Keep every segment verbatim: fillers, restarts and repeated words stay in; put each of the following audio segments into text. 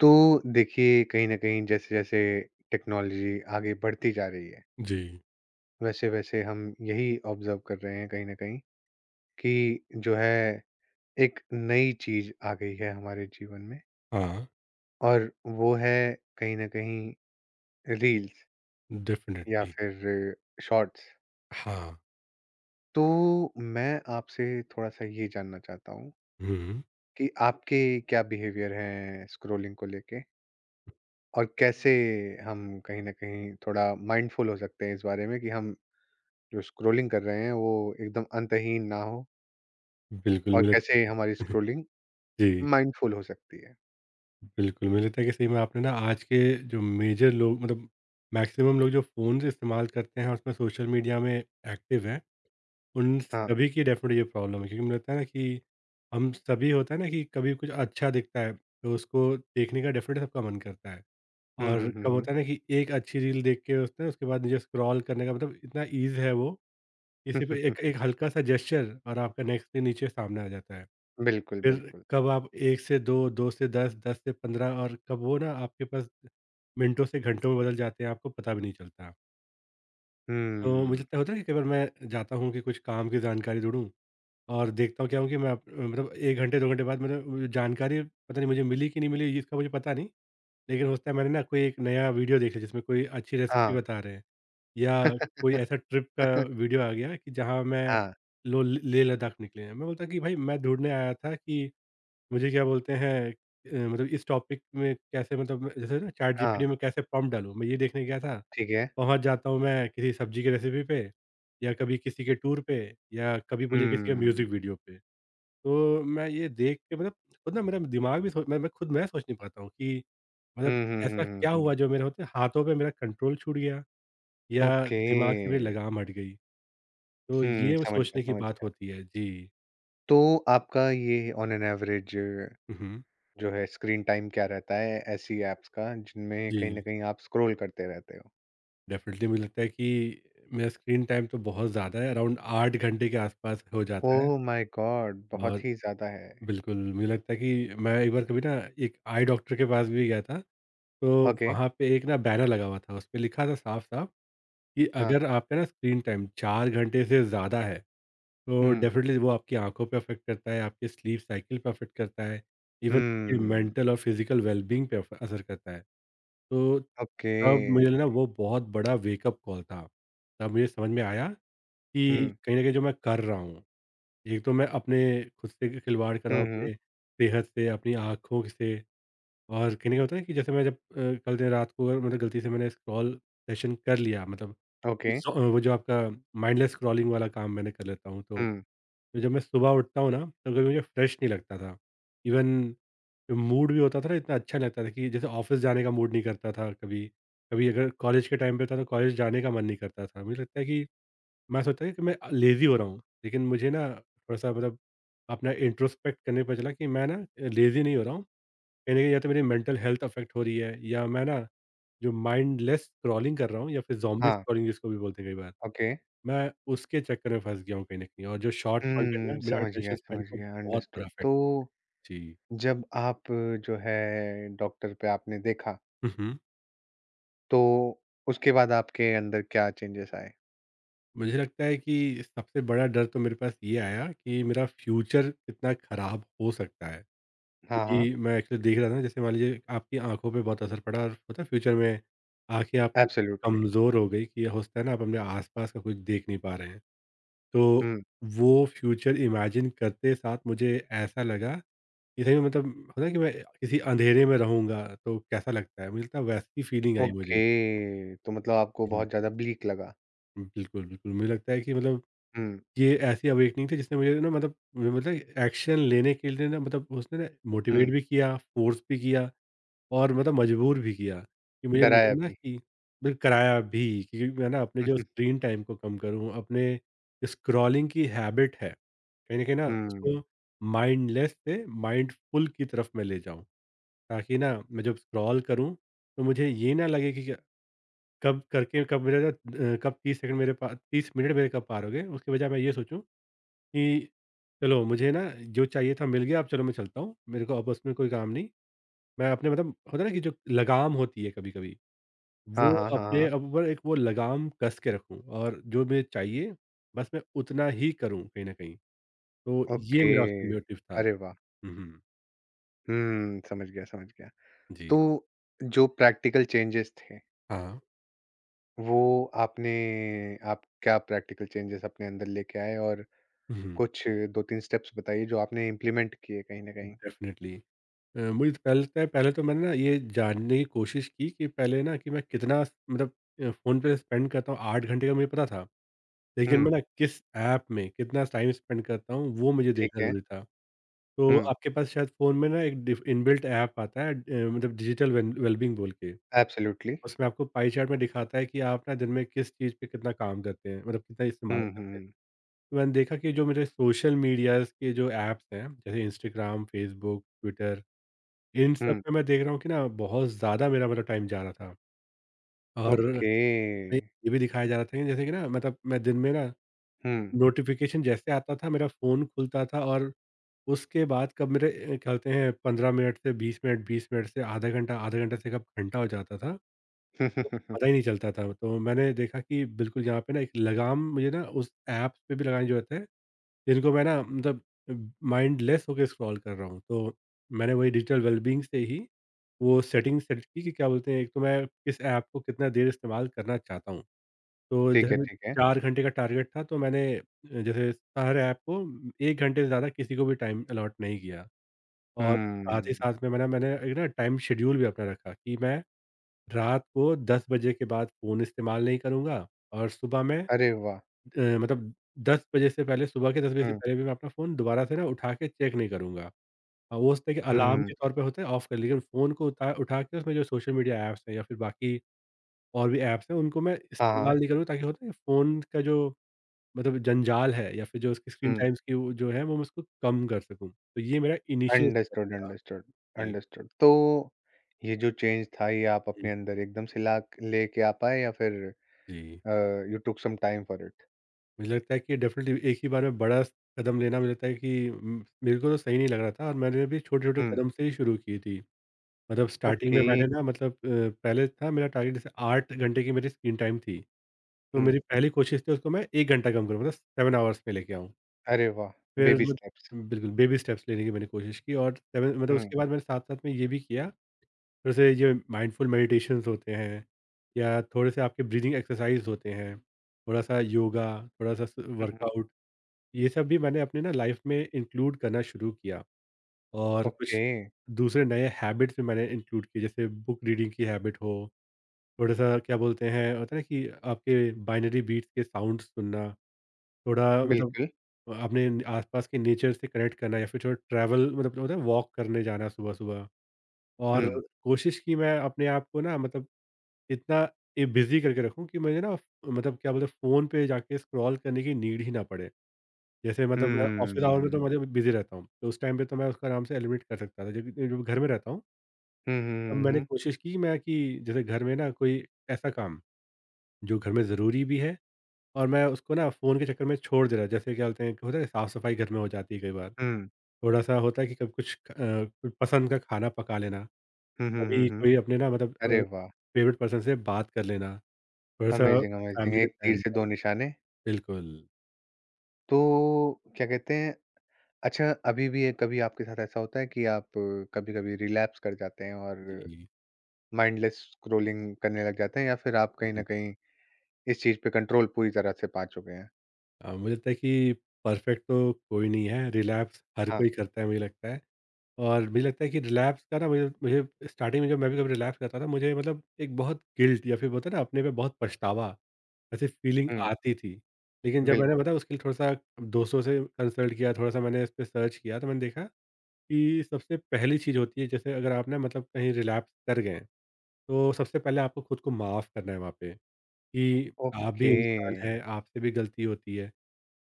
तो देखिए कहीं ना कहीं जैसे जैसे टेक्नोलॉजी आगे बढ़ती जा रही है जी, वैसे वैसे हम यही ऑब्जर्व कर रहे हैं कहीं ना कहीं कि जो है एक नई चीज आ गई है हमारे जीवन में हाँ, और वो है कहीं ना कहीं रील्स या डेफ़िनेटली। फिर शॉर्ट्स। हाँ, तो मैं आपसे थोड़ा सा ये जानना चाहता हूँ हुँ, कि आपके क्या बिहेवियर हैं स्क्रोलिंग को लेके और कैसे हम कहीं ना कहीं थोड़ा माइंडफुल हो सकते हैं इस बारे में कि हम जो स्क्रॉलिंग कर रहे हैं वो एकदम अंतहीन ना हो बिल्कुल और मुझे कैसे हमारी स्क्रॉलिंग जी, माइंडफुल हो सकती है। बिल्कुल मुझे लगता है कि सही में आपने, ना, आज के जो मेजर लोग, मतलब मैक्सिमम लोग, जो फ़ोन्स इस्तेमाल करते हैं और उसमें सोशल मीडिया में एक्टिव हैं, उन हाँ। सभी की डेफ़िनेटली ये प्रॉब्लम है। क्योंकि मुझे लगता है ना कि हम सभी, होता है ना, कि कभी कुछ अच्छा दिखता है, तो उसको देखने का डेफ़िनेटली सबका मन करता है। हुँ, और हुँ, हुँ, कब हुँ। होता है ना कि एक अच्छी रील देख के उसने उसके बाद मुझे स्क्रॉल करने का मतलब इतना ईज़ है वो, किसी पे एक एक हल्का-सा जेस्चर और आपका नेक्स्ट डे नीचे सामने आ जाता है। बिल्कुल, फिर बिल्कुल। कब आप एक से दो, दो से दस, दस से पंद्रह, और कब वो ना आपके पास मिनटों से घंटों में बदल जाते हैं, आपको पता भी नहीं चलता। तो मुझे हुँ। तय होता है कि कई बार मैं जाता हूँ कि कुछ काम की जानकारी ढूँढूँ, और देखता हूँ क्या हूँ कि मैं अप मतलब एक घंटे, दो घंटे बाद मैंने जानकारी, पता नहीं मुझे मिली कि नहीं मिली, इसका मुझे पता नहीं, लेकिन होता है मैंने ना कोई एक नया वीडियो देख लिया जिसमें कोई अच्छी रेसिपी हाँ। बता रहे हैं। या कोई ऐसा ट्रिप का वीडियो आ गया कि जहाँ मैं हाँ, लो लेह लद्दाख निकले हैं। मैं बोलता कि भाई मैं ढूँढने आया था कि मुझे क्या बोलते हैं, अ, मतलब इस टॉपिक में कैसे, मतलब मैं जैसे ना चैट जीपीटी हाँ, में कैसे प्रॉम्प्ट डालूँ? मैं ये देखने गया था। ठीक है। पहुँच जाता हूँ मैं किसी सब्जी की रेसिपी पे, या कभी किसी के टूर पे, या कभी बोलिए किसी के हुँ। म्यूज़िक वीडियो पे। तो मैं ये देख के, मतलब, खुद ना मेरा दिमाग भी, सो मैं मैं खुद, मैं सोच नहीं पाता हूँ कि, हुँ, मतलब, हुँ, ऐसा हुँ, क्या हुँ, हुँ। हुआ जो मेरे होते हाथों पे मेरा कंट्रोल छूट गया? या ओके। दिमाग से मेरी लगाम हट गई। तो हुँ, ये वो समझ गया, सोचने की समझ बात गया। होती है। जी। तो आपका ये on an average hmm, hmm. जो है स्क्रीन टाइम क्या रहता है ऐसी ऐप्स का जिनमें कहीं जी, न कहीं आप स्क्रॉल करते रहते हो? डेफ़िनिटली मुझे लगता है कि मेरा स्क्रीन टाइम तो बहुत ज़्यादा है, अराउंड आठ घंटे के आसपास हो जाता है। Oh my god! और बहुत ही ज़्यादा है। बिल्कुल, मुझे लगता है कि मैं एक बार, कभी ना, एक आई डॉक्टर के पास भी गया था, तो ओके, वहाँ पे एक ना बैनर लगा हुआ था, उसपे लिखा था साफ-साफ कि हाँ। अगर आपका ना स्क्रीन टाइम चार घंटे से ज़्यादा है, तो हुँ, डेफ़िनेटली वो आपकी आँखों पे अफ़ेक्ट करता है, आपके स्लीप साइकिल पे अफ़ेक्ट करता है, इवन ये हुँ, मेंटल और फिज़िकल वेलबीइंग पे अफ असर करता है। तो ओके। तब मुझे ना वो बहुत बड़ा वेकअप कॉल था। तब मुझे समझ में आया कि हुँ, कहीं न कहीं जो मैं कर रहा हूँ, एक तो मैं अपने, खुद से खिलवाड़ कर रहा हुँ, हूँ, हुँ, अपने सेहत से, अपनी आँखों से। और कहीं न कहीं होता है कि जैसे मैं जब, अ, कल देर रात को अगर मतलब गलती से मैंने स्क्रॉल सेशन कर लिया, मतलब ओके, ज़ो वो, जो आपका माइंडलेस स्क्रॉलिंग वाला काम मैंने कर लेता हूँ, तो हुँ, तो जब मैं सुबह उठता हूँ ना, तो कभी मुझे फ्रेश नहीं लगता था। इवन जो मूड भी होता था ना, इतना अच्छा नहीं लगता था, कि जैसे ऑफ़िस जाने का मूड नहीं करता था कभी। कभी अगर कॉलेज के टाइम पे था तो कॉलेज जाने का मन नहीं करता था। मुझे लगता है कि मैं सोचता था कि मैं, अ, लेज़ी हो रहा हूँ। लेकिन मुझे ना, थोड़ा-सा मतलब, अपना इंट्रोस्पेक्ट करने पे चला कि मैं ना, अ, लेज़ी नहीं हो रहा हूँ। कहीं न कहीं या तो मेरी मेंटल हेल्थ अफ़ेक्ट हो रही है, या मैं ना जो माइंडलेस स्क्रॉलिंग कर रहा हूँ, या फिर ज़ॉम्बी हाँ, स्क्रॉलिंग जिसको भी बोलते हैं कई बार। ओके। मैं उसके चक्कर में फँस गया हूँ कहीं न कहीं, और जो शॉर्ट कंटेंट है हुँ, मेरा समझ गया, अटेंशन स्पैन समझ को गया, बहुत बुरा अंडरस्टूड। इफ़ेक्ट। तो जी। जब आप जो है डॉक्टर पे आपने देखा, हुँ, हुँ। तो उसके बाद आपके अंदर क्या चेंजेस आए? मुझे लगता है कि सबसे बड़ा डर तो मेरे पास ये आया कि मेरा फ्यूचर कितना ख़राब हो सकता है। हाँ, हाँ, क्योंकि मैं एक्चुअली देख रहा था ना, जैसे मान लीजिए आपकी आँखों पे बहुत असर पड़ा और होता है फ्यूचर में आँखें आपकी इतनी एब्सोल्यूटली। कमज़ोर हो गई, कि होता है ना, आप अपने आस-पास का कुछ देख नहीं पा रहे हैं। तो हुँ, वो फ्यूचर इमेजिन करते साथ मुझे ऐसा लगा, ये सही में, मतलब, होता है कि मैं किसी अँधेरे में रहूँगा तो कैसा लगता है? मुझे लगता है वैसी फीलिंग आई मुझे। ओके, तो मतलब आपको बहुत ज़्यादा ब्लीक लगा। हुँ, बिल्कुल, बिल्कुल। मुझे लगता है कि, मतलब, हुँ, ये ऐसी अवेकनिंग थी जिसने मुझे ना, मतलब, मुझे मतलब एक्शन लेने के लिए ना, मतलब उसने ना मोटिवेट हुँ, भी किया, फ़ोर्स भी किया, और मतलब मजबूर भी किया, कि मुझे डराया लगा ना भी। कि फिर कराया भी, कि मैं ना अपने जो स्क्रीन टाइम को कम करूँ, अपने स्क्रॉलिंग की हैबिट है, कहीं न कहीं ना उसको हुँ, माइंडलेस से माइंडफुल की तरफ मैं ले जाऊँ। ताकि ना मैं जब स्क्रॉल करूँ, तो मुझे ये ना लगे कि क्या, कब करके कब मेरा अ, कब तीस सेकंड, मेरे पास तीस मिनट मेरे कब पार हो गए, उसके बजाय मैं ये सोचूँ कि चलो मुझे ना जो चाहिए था मिल गया, अब चलो मैं चलता हूँ, मेरे को अब उसमें कोई काम नहीं। मैं अपने, मतलब, होता है ना कि जो लगाम होती है कभी कभी, हाँ, वो हाँ, हाँ, अपने हाँ, ऊपर एक वो लगाम कस के रखूँ, और जो मुझे चाहिए बस मैं उतना ही करूँ कहीं न कहीं। तो ये ओके, मेरा उसमें मोटिव था। अरे वाह! हुँ, हुँ। हुँ, समझ गया, समझ गया। जी। तो जो प्रैक्टिकल चेंजेस थे, हाँ। वो आपने आप क्या प्रैक्टिकल चेंजेस अपने अंदर लेके आए और हुँ, हुँ। कुछ दो तीन स्टेप्स बताइए जो आपने इम्प्लीमेंट किए कहीं न कहीं? डेफ़िनिटली। अ, मुझे तो पहले लगता है, पहले तो मैंने ना ये जानने की कोशिश की, कि पहले ना, कि मैं कितना, मतलब, अ, फ़ोन पे स्पेंड करता हूँ, आठ घंटे का मुझे पता था। लेकिन मैं हुँ, ना किस ऐप में कितना टाइम स्पेंड करता हूँ, वो मुझे ठीक देखना है। ज़रूरी था। तो हुँ, आपके पास शायद फ़ोन में ना एक डिफ़ इनबिल्ट ऐप आता है, अ, मतलब डिजिटल वेल वेलबीइंग बोल के। एब्सोल्यूटली। उसमें आपको पाई चार्ट में दिखाता है कि आप ना दिन में किस चीज़ पे कितना काम करते हैं, मतलब कितना इस्तेमाल हुँ, करते हैं। हुँ, तो मैंने देखा कि जो मेरे सोशल मीडियाज़ के जो ऐप्स हैं, जैसे इंस्टाग्राम, फ़ेसबुक, ट्विटर, इन सब हुँ, में मैं देख रहा हूँ कि ना बहुत ज़्यादा मेरा, मतलब, टाइम जा रहा था, और, ओके। नहीं, ये भी दिखाया जा रहा था कि जैसे कि ना मतलब मैं दिन में ना, हुँ। नोटिफिकेशन जैसे आता था मेरा फ़ोन खुलता था, और उसके बाद कब मेरे, अ, क्या होते हैं, पंद्रह मिनट से बीस मिनट, बीस मिनट से आधा घंटा, आधा घंटा से कब घंटा हो जाता था, तो पता ही नहीं चलता था। तो मैंने देखा कि बिल्कुल यहाँ पे ना एक लगाम मुझे ना उस ऐप पे भी लगानी ज़रूरत है, जिनको मैं ना, मतलब, माइंडलेस होके स्क्रॉल कर रहा हूँ। तो मैंने वही डिजिटल वेलबीइंग से ही वो सेटिंग सेट की कि क्या बोलते हैं, एक तो मैं किस ऐप को कितना देर इस्तेमाल करना चाहता हूँ। तो ठीक है, जैसे ठीक है। चार घंटे का टारगेट था, तो मैंने, अ, जैसे, हर ऐप को एक घंटे से ज़्यादा किसी को भी टाइम अलॉट नहीं किया। और साथ ही हुँ, साथ में मैंने मैंने एक ना टाइम शेड्यूल भी अपना रखा, कि मैं रात को दस बजे के बाद फ़ोन इस्तेमाल नहीं करूँगा, और सुबह मैं, अरे वाह! अ, मतलब, दस बजे से पहले, सुबह के दस बजे से हुँ, पहले भी मैं अपना फ़ोन दोबारा से ना उठा के चेक नहीं करूँगा। हाँ, वो होता है कि अलार्म हुँ, के तौर पे होता है, ऑफ कर, लेकिन फ़ोन को उठा उठा के उसमें जो सोशल मीडिया ऐप्स हैं या फिर बाकी और भी ऐप्स हैं, उनको मैं हाँ, हाँ, इस्तेमाल नहीं करूँ, ताकि होता है फ़ोन का जो, मतलब, जंजाल है, या फिर जो उसकी स्क्रीन हुँ, टाइम्स की वो जो है, वो मैं उसको कम कर सकूँ। तो ये मेरा इनिशियल स्टेप अंडरस्टूड, था। अंडरस्टूड, जी। अंडरस्टूड। तो ये जो चेंज था, ये आप हुँ, अपने अंदर एकदम से ला क लेके आ पाए या फिर जी। Uh, you took some time for it. मुझे लगता है कि डेफ़िनिटली एक ही बार में बड़ा कदम लेना मुझे लगता है कि, उम, मेरे को तो सही नहीं लग रहा था, और मैंने भी छोटे-छोटे हुँ, कदम से ही शुरू की थी। मतलब स्टार्टिंग ओके, में मैंने ना, मतलब, अ, पहले था मेरा टारगेट, जैसे आठ घंटे की मेरी स्क्रीन टाइम थी। तो हुँ। मेरी पहली कोशिश थी उसको मैं एक घंटा कम करूँ, मतलब सेवन आवर्स में लेके आऊँ। अरे वाह! फिर बेबी मत स्टेप्स। बिल्कुल बेबी स्टेप्स लेने की मैंने कोशिश की, और सेवन, मतलब, हुँ, उसके बाद मैंने साथ-साथ में ये भी किया, जैसे ये माइंडफुल मेडिटेशंस होते हैं, या थोड़े से आपके ब्रीदिंग एक्सरसाइज होते हैं, थोड़ा-सा योगा, थोड़ा-सा स हुँ, हुँ। वर्कआउट, ये सब भी मैंने अपने ना लाइफ में इंक्लूड करना शुरू किया। और कुछ ओके, दूसरे नए हैबिट्स भी मैंने इंक्लूड किए, जैसे बुक रीडिंग की हैबिट हो, थोड़ा-सा क्या बोलते हैं, होता है ना कि आपके बाइनरी बीट्स के साउंड सुनना, थोड़ा, मतलब, बिल्कुल। अपने आस-पास के नेचर से कनेक्ट करना, या फिर थोड़ा ट्रैवल, मतलब होता है वॉक करने जाना सुबह-सुबह, और हुँ, कोशिश की मैं अपने आप को ना, मतलब, इतना ए, बिज़ी करके रखूँ कि मुझे ना, मतलब, क्या बोलते हैं, फ़ोन पे जाके स्क्रॉल करने की नीड ही ना पड़े। जैसे, मतलब, मैं ऑफ़िस आवर में तो हम्म। मतलब बिज़ी रहता हूँ, तो उस टाइम पे तो मैं उसको आराम से एलिमिनेट कर सकता था। जब जब घर में रहता हूँ, हुँ, हुँ, तब हुँ, मैंने हुँ, कोशिश की मैं कि जैसे घर में ना कोई ऐसा काम, जो घर में ज़रूरी भी है और मैं उसको ना फ़ोन के चक्कर में छोड़ दे रहा, जैसे क्या बोलते हैं कि होता है साफ-सफाई घर में हो जाती है कई बार। हुँ। थोड़ा-सा होता है कि कभी कुछ अ, कुछ पसंद का खाना पका लेना, हुँ, हुँ, हुँ, कभी हुँ। कोई अपने ना मतलब अ, अरे वाह! फ़ेवरेट पर्सन से बात कर लेना, थोड़ा-सा अमेज़िंग, अमेज़िंग। फ़ैमिली का एक टाइम तीर से निकालना। दो निशाने। बिल्कुल। तो क्या कहते हैं, अच्छा अभी भी ये कभी आपके साथ ऐसा होता है कि आप कभी-कभी रिलैप्स कर जाते हैं और जी। माइंडलेस स्क्रॉलिंग करने लग जाते हैं या फिर आप कहीं न जी। कहीं इस चीज़ पे कंट्रोल पूरी तरह से पा चुके हैं? अ, मुझे लगता है कि परफ़ेक्ट तो कोई नहीं है, रिलैप्स हर कोई हाँ, करता है मुझे लगता है। और मुझे लगता है कि रिलैप्स का ना मुझे मुझे स्टार्टिंग में जब मैं भी कभी रिलैप्स करता था, मुझे मतलब एक बहुत गिल्ट या फिर बोलते हैं ना अपने पे बहुत पछतावा ऐसी फीलिंग हुँ। आती थी। लेकिन जब मैंने बिल्कुल। बताया, उसके लिए थोड़ा-सा दोस्तों से कंसल्ट किया, थोड़ा-सा मैंने इस पे सर्च किया, तो मैंने देखा कि सबसे पहली चीज़ होती है, जैसे अगर आप ना मतलब कहीं रिलैप्स कर गए हैं, तो सबसे पहले आपको खुद को माफ़ करना है वहाँ पे कि आप भी ओके। इंसान हैं, आपसे भी गलती होती है।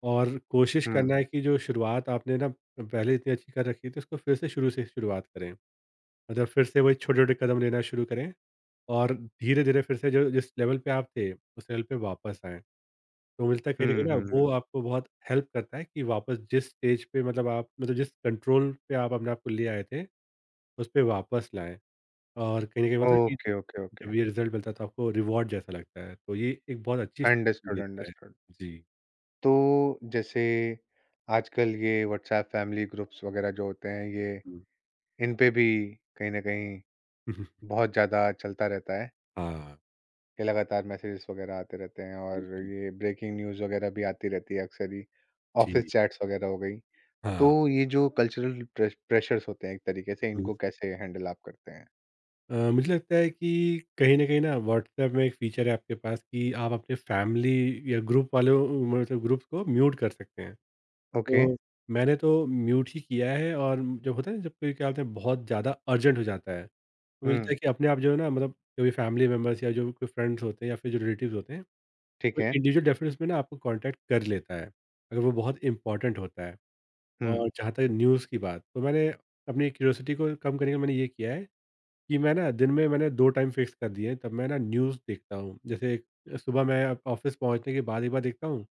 और कोशिश हुँ। करना है कि जो शुरुआत आपने ना पहले इतनी अच्छी कर रखी थी, उसको फिर से शुरू से शुरुआत करें। मतलब फिर से वही छोटे-छोटे कदम लेना शुरू करें और धीरे-धीरे फिर से जो जिस लेवल पे आप थे, उस लेवल पे वापस आएँ। तो मिलता है कहीं न कहीं हुँ, ना, हुँ, वो हुँ। आपको बहुत हेल्प करता है कि वापस जिस स्टेज पे मतलब आप मतलब जिस कंट्रोल पे आप अपने आप को ले आए थे, उस पे वापस लाएँ। और कहीं न कहीं होता है कि ओके, ओके, ओके। जब ये रिज़ल्ट मिलता है तो आपको रिवॉर्ड जैसा लगता है। तो ये एक बहुत अच्छी फ़ीलिंग अंडरस्टूड, देता है। अंडरस्टूड। जी। तो जैसे आजकल ये व्हाट्सएप फैमिली ग्रुप्स वगैरह जो होते हैं, ये हुँ। इन पे भी कहीं न कहीं बहुत ज़्यादा चलता रहता है हाँ, कि लगातार मैसेजेस वगैरह आते रहते हैं और बिल्कुल। ये ब्रेकिंग न्यूज़ वगैरह भी आती रहती है अक्सर ही, ऑफ़िस जी, चैट्स वगैरह हो गई। तो हाँ। ये जो कल्चरल प्रेश प्रेशर्स होते हैं एक तरीके से, हुँ। इनको कैसे हैंडल आप करते हैं? अ, मुझे लगता है कि कहीं न कहीं ना व्हाट्सऐप में एक फ़ीचर है आपके पास कि आप अपने फैमिली या ग्रुप वालों मतलब ग्रुप को म्यूट कर सकते हैं। ओके। तो मैंने तो म्यूट ही किया है, और जब होता है ना, जब कोई क्या बोलते हैं बहुत ज़्यादा अर्जेंट हो जाता है, तो मिलता है हुँ। कि अपने आप जो है ना, मतलब कोई फैमिली मेंबर्स या जो कोई फ्रेंड्स होते हैं या फिर जो रिलेटिव्स होते हैं, ठीक वो है। इंडिविजुअल डेफिनेशन में ना आपको कॉन्टैक्ट कर लेता है, अगर वो बहुत इम्पोर्टेंट होता है। हुँ। और जहाँ तक न्यूज़ की बात, तो मैंने अपनी क्यूरियोसिटी को कम करने के लिए मैंने ये किया है कि मैं ना दिन में मैंने दो टाइम फिक्स कर दिए हैं, तब मैं ना न्यूज़ देखता हूँ। जैसे एक- सुबह मैं ऑफ़िस पहुँचने के बाद एक बार देखता हूँ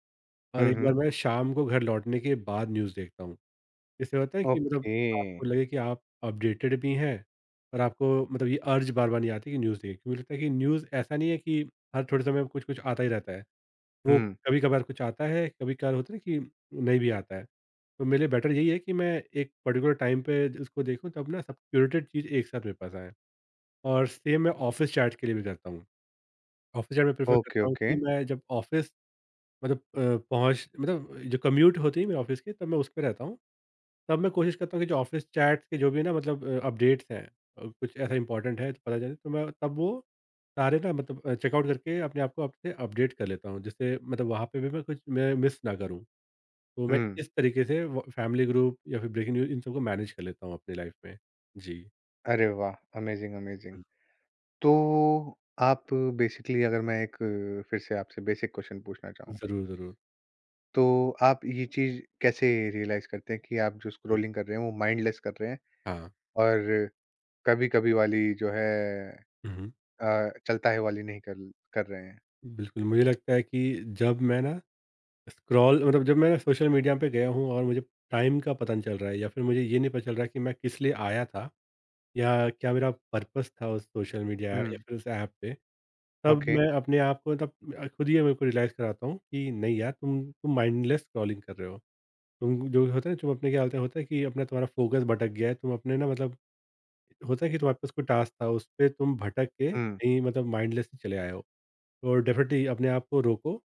और हुँ, एक बार हुँ। मैं शाम को घर लौटने के बाद न्यूज़ देखता हूँ। इससे होता है कि मतलब ओके। आपको लगे कि आप अपडेटेड भी हैं, और आपको मतलब ये अर्ज बार बार नहीं आती कि न्यूज़ देखिए, क्योंकि लगता है कि न्यूज़ ऐसा नहीं है कि हर थोड़े समय में कुछ कुछ आता ही रहता है। वो हुँ। कभी कभार कुछ आता है, कभी कभार होता है कि नहीं भी आता है। तो मेरे लिए बेटर यही है कि मैं एक पर्टिकुलर टाइम पे उसको देखूँ, तब ना सब क्यूरेटेड चीज़ एक साथ मेरे पास आए। और सेम मैं ऑफिस चैट के लिए भी करता हूँ। ऑफिस चैट में प्रेफर ओके, करता हूँ ओके। कि मैं जब ऑफिस मतलब अ, पहुँच मतलब जो कम्यूट होती है मेरे ऑफिस की, तब मैं उस पर रहता हूँ। तब मैं कोशिश करता हूँ कि जो ऑफ़िस चैट्स के जो भी ना मतलब अ, अपडेट्स हैं, अ, कुछ ऐसा इम्पोर्टेंट है तो पता चले, तो मैं तब वो सारे ना मतलब अ, चेकआउट करके अपने आप को अपने अपडेट कर लेता हूँ। जिससे मतलब वहाँ पे भी मैं कुछ मैं मिस ना करूँ। तो मैं हुँ। इस तरीके से व फैमिली ग्रुप या फिर ब्रेकिंग न्यूज़, इन सबको मैनेज कर लेता हूँ अपनी लाइफ़ में। जी। अरे वाह! Amazing, amazing. हुँ। तो आप बेसिकली, अगर मैं एक अ, फिर से आपसे बेसिक क्वेश्चन पूछना चाहूँ, ज़रूर, ज़रूर। तो आप ये चीज़ कैसे रियलाइज़ करते हैं कि आप जो हुँ, स्क्रॉलिंग कर रहे हैं वो माइंडलेस कर रहे हैं हाँ। और कभी-कभी वाली जो है, हुँ, हुँ। अ, चलता है वाली नहीं कर कर रहे हैं? बिल्कुल, मुझे लगता है कि जब मैं ना स्क्रॉल मतलब जब मैं सोशल मीडिया पे गया हूँ, और मुझे टाइम का पता नहीं चल रहा है, या फिर मुझे ये नहीं पता चल रहा है कि मैं किस लिए आया था। या क्या मेरा पर्पस था उस सोशल मीडिया या हुँ। फिर उस ऐप पे? तब ओके। मैं अपने आप को मतलब अ, खुद ही मेरे को रियलाइज़ कराता हूँ कि नहीं यार, तुम तुम माइंडलेस स्क्रॉलिंग कर रहे हो। तुम जो होता है ना, तुम अपने क्या होता है होता है कि अपना तुम्हारा फ़ोकस भटक गया है, तुम अपने ना मतलब होता है कि तुम्हारे पास कोई टास्क था, उस पे तुम भटक के हुँ। कहीं मतलब माइंडलेसली चले आए हो। तो डेफ़िनेटली अपने आप को रोको,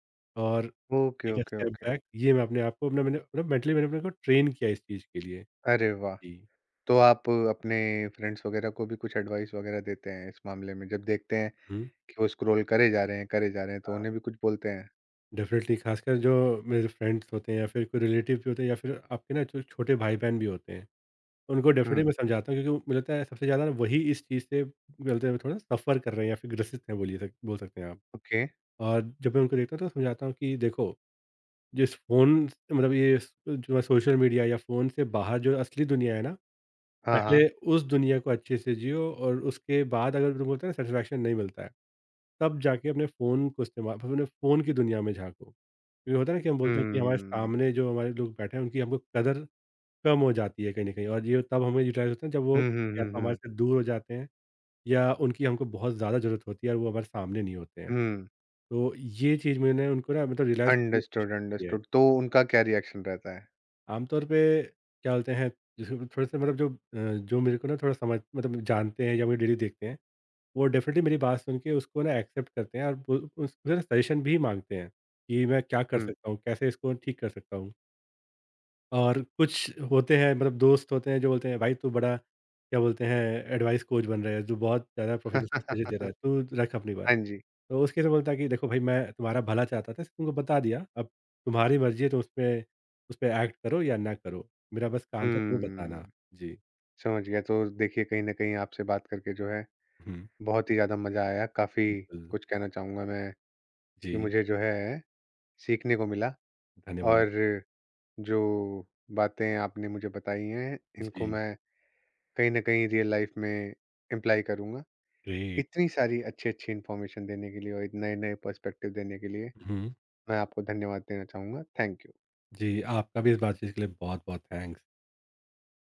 और okay, take a okay, step okay. Back. ये मैं अपने आप को अपना मैंने मतलब मेंटली मैंने अपने को ट्रेन किया इस चीज़ के लिए। अरे वाह! जी। तो आप अपने फ्रेंड्स वगैरह को भी कुछ एडवाइस वगैरह देते हैं इस मामले में जब देखते हैं हुँ। कि वो स्क्रॉल करे जा रहे हैं, करे जा रहे हैं, तो हाँ। उन्हें भी कुछ बोलते हैं? डेफ़िनेटली, ख़ासकर जो मेरे फ्रेंड्स होते हैं या फिर कोई रिलेटिव भी होते हैं या फिर आपके ना जो छोटे भाई-बहन भी होते हैं, उनको डेफ़िनेटली हुँ, मैं समझाता हूँ, क्योंकि मुझे लगता है सबसे ज़्यादा ना वही इस चीज़ से बोलते हैं थोड़ा सफ़र कर रहे हैं, या फिर ग्रसित हैं बोलिए, सक बोल सकते हैं आप। ओके। और जब मैं उनको देखता हूँ तो समझाता हूँ कि देखो, जिस फ़ोन मतलब ये स जो है सोशल मीडिया या फ़ोन से बाहर जो असली दुनिया है ना, हाँ, हाँ। पहले उस दुनिया को अच्छे से जियो, और उसके बाद अगर तुम बोलते हैं ना सैटिस्फैक्शन नहीं मिलता है, तब जाके अपने फ़ोन को इस्तेमाल अपने फ़ोन की दुनिया में झाँको। ये होता है ना कि हम बोलते हैं कि हमारे हम्म। सामने जो हमारे लोग बैठे हैं, उनकी हमको कदर कम हो जाती है कहीं न कहीं, और ये तब हमें यूटिलाइज़ होता है जब वो हुँ, हुँ, या हुँ, तो हमारे हुँ। से दूर हो जाते हैं, या उनकी हमको बहुत ज़्यादा ज़रूरत होती है और वो हमारे सामने नहीं होते हैं। हुँ, तो ये चीज़ मैंने उनको ना मतलब रियलाइज़ करने की कोशिश अंडरस्टूड, की है। अंडरस्टूड। तो उनका क्या रिएक्शन रहता है? आमतौर पे क्या बोलते हैं, जैसे थोड़े-से मतलब जो अ, जो मेरे को ना थोड़ा समझ मतलब जानते हैं, या मुझे डेली देखते हैं, वो डेफ़िनिटली मेरी बात सुन के उसको ना एक्सेप्ट करते हैं, और वो उस मुझे ना सजेशन भी माँगते हैं कि मैं क्या कर हुँ। सकता हूँ? कैसे इसको ठीक कर सकता हूँ? और कुछ होते हैं मतलब दोस्त होते हैं जो बोलते हैं, भाई तू बड़ा क्या बोलते हैं एडवाइस कोच बन रहा है, जो बहुत ज़्यादा प्रोफेशनल सजेशन दे रहा है, तू रख अपनी बात। हाँ जी। तो उसके से बोलता है कि देखो भाई, मैं तुम्हारा भला चाहता था, तुमको बता दिया, अब तुम्हारी मर्जी है, तो उसमें उस पर एक्ट करो या ना करो। मेरा बस काम था तुम्हें बताना। हुँ, जी। समझ गया। तो देखिए कहीं न कहीं आपसे बात करके जो है हम्म। बहुत ही ज़्यादा मज़ा आया। काफ़ी बिल्कुल। कुछ कहना चाहूँगा मैं कि जी। मुझे जो है सीखने को मिला धन्यवाद। और जो बातें आपने मुझे बताई हैं, इनको जी। मैं कहीं न कहीं रियल लाइफ़ में इम्प्लाई करूँगा। ग्रेट। इतनी सारी अच्छी-अच्छी इन्फॉर्मेशन देने के लिए और नए-नए पर्सपेक्टिव देने के लिए हम्म। मैं आपको धन्यवाद देना चाहूँगा। Thank you. जी, आपका भी इस बातचीत के लिए बहुत बहुत थैंक्स।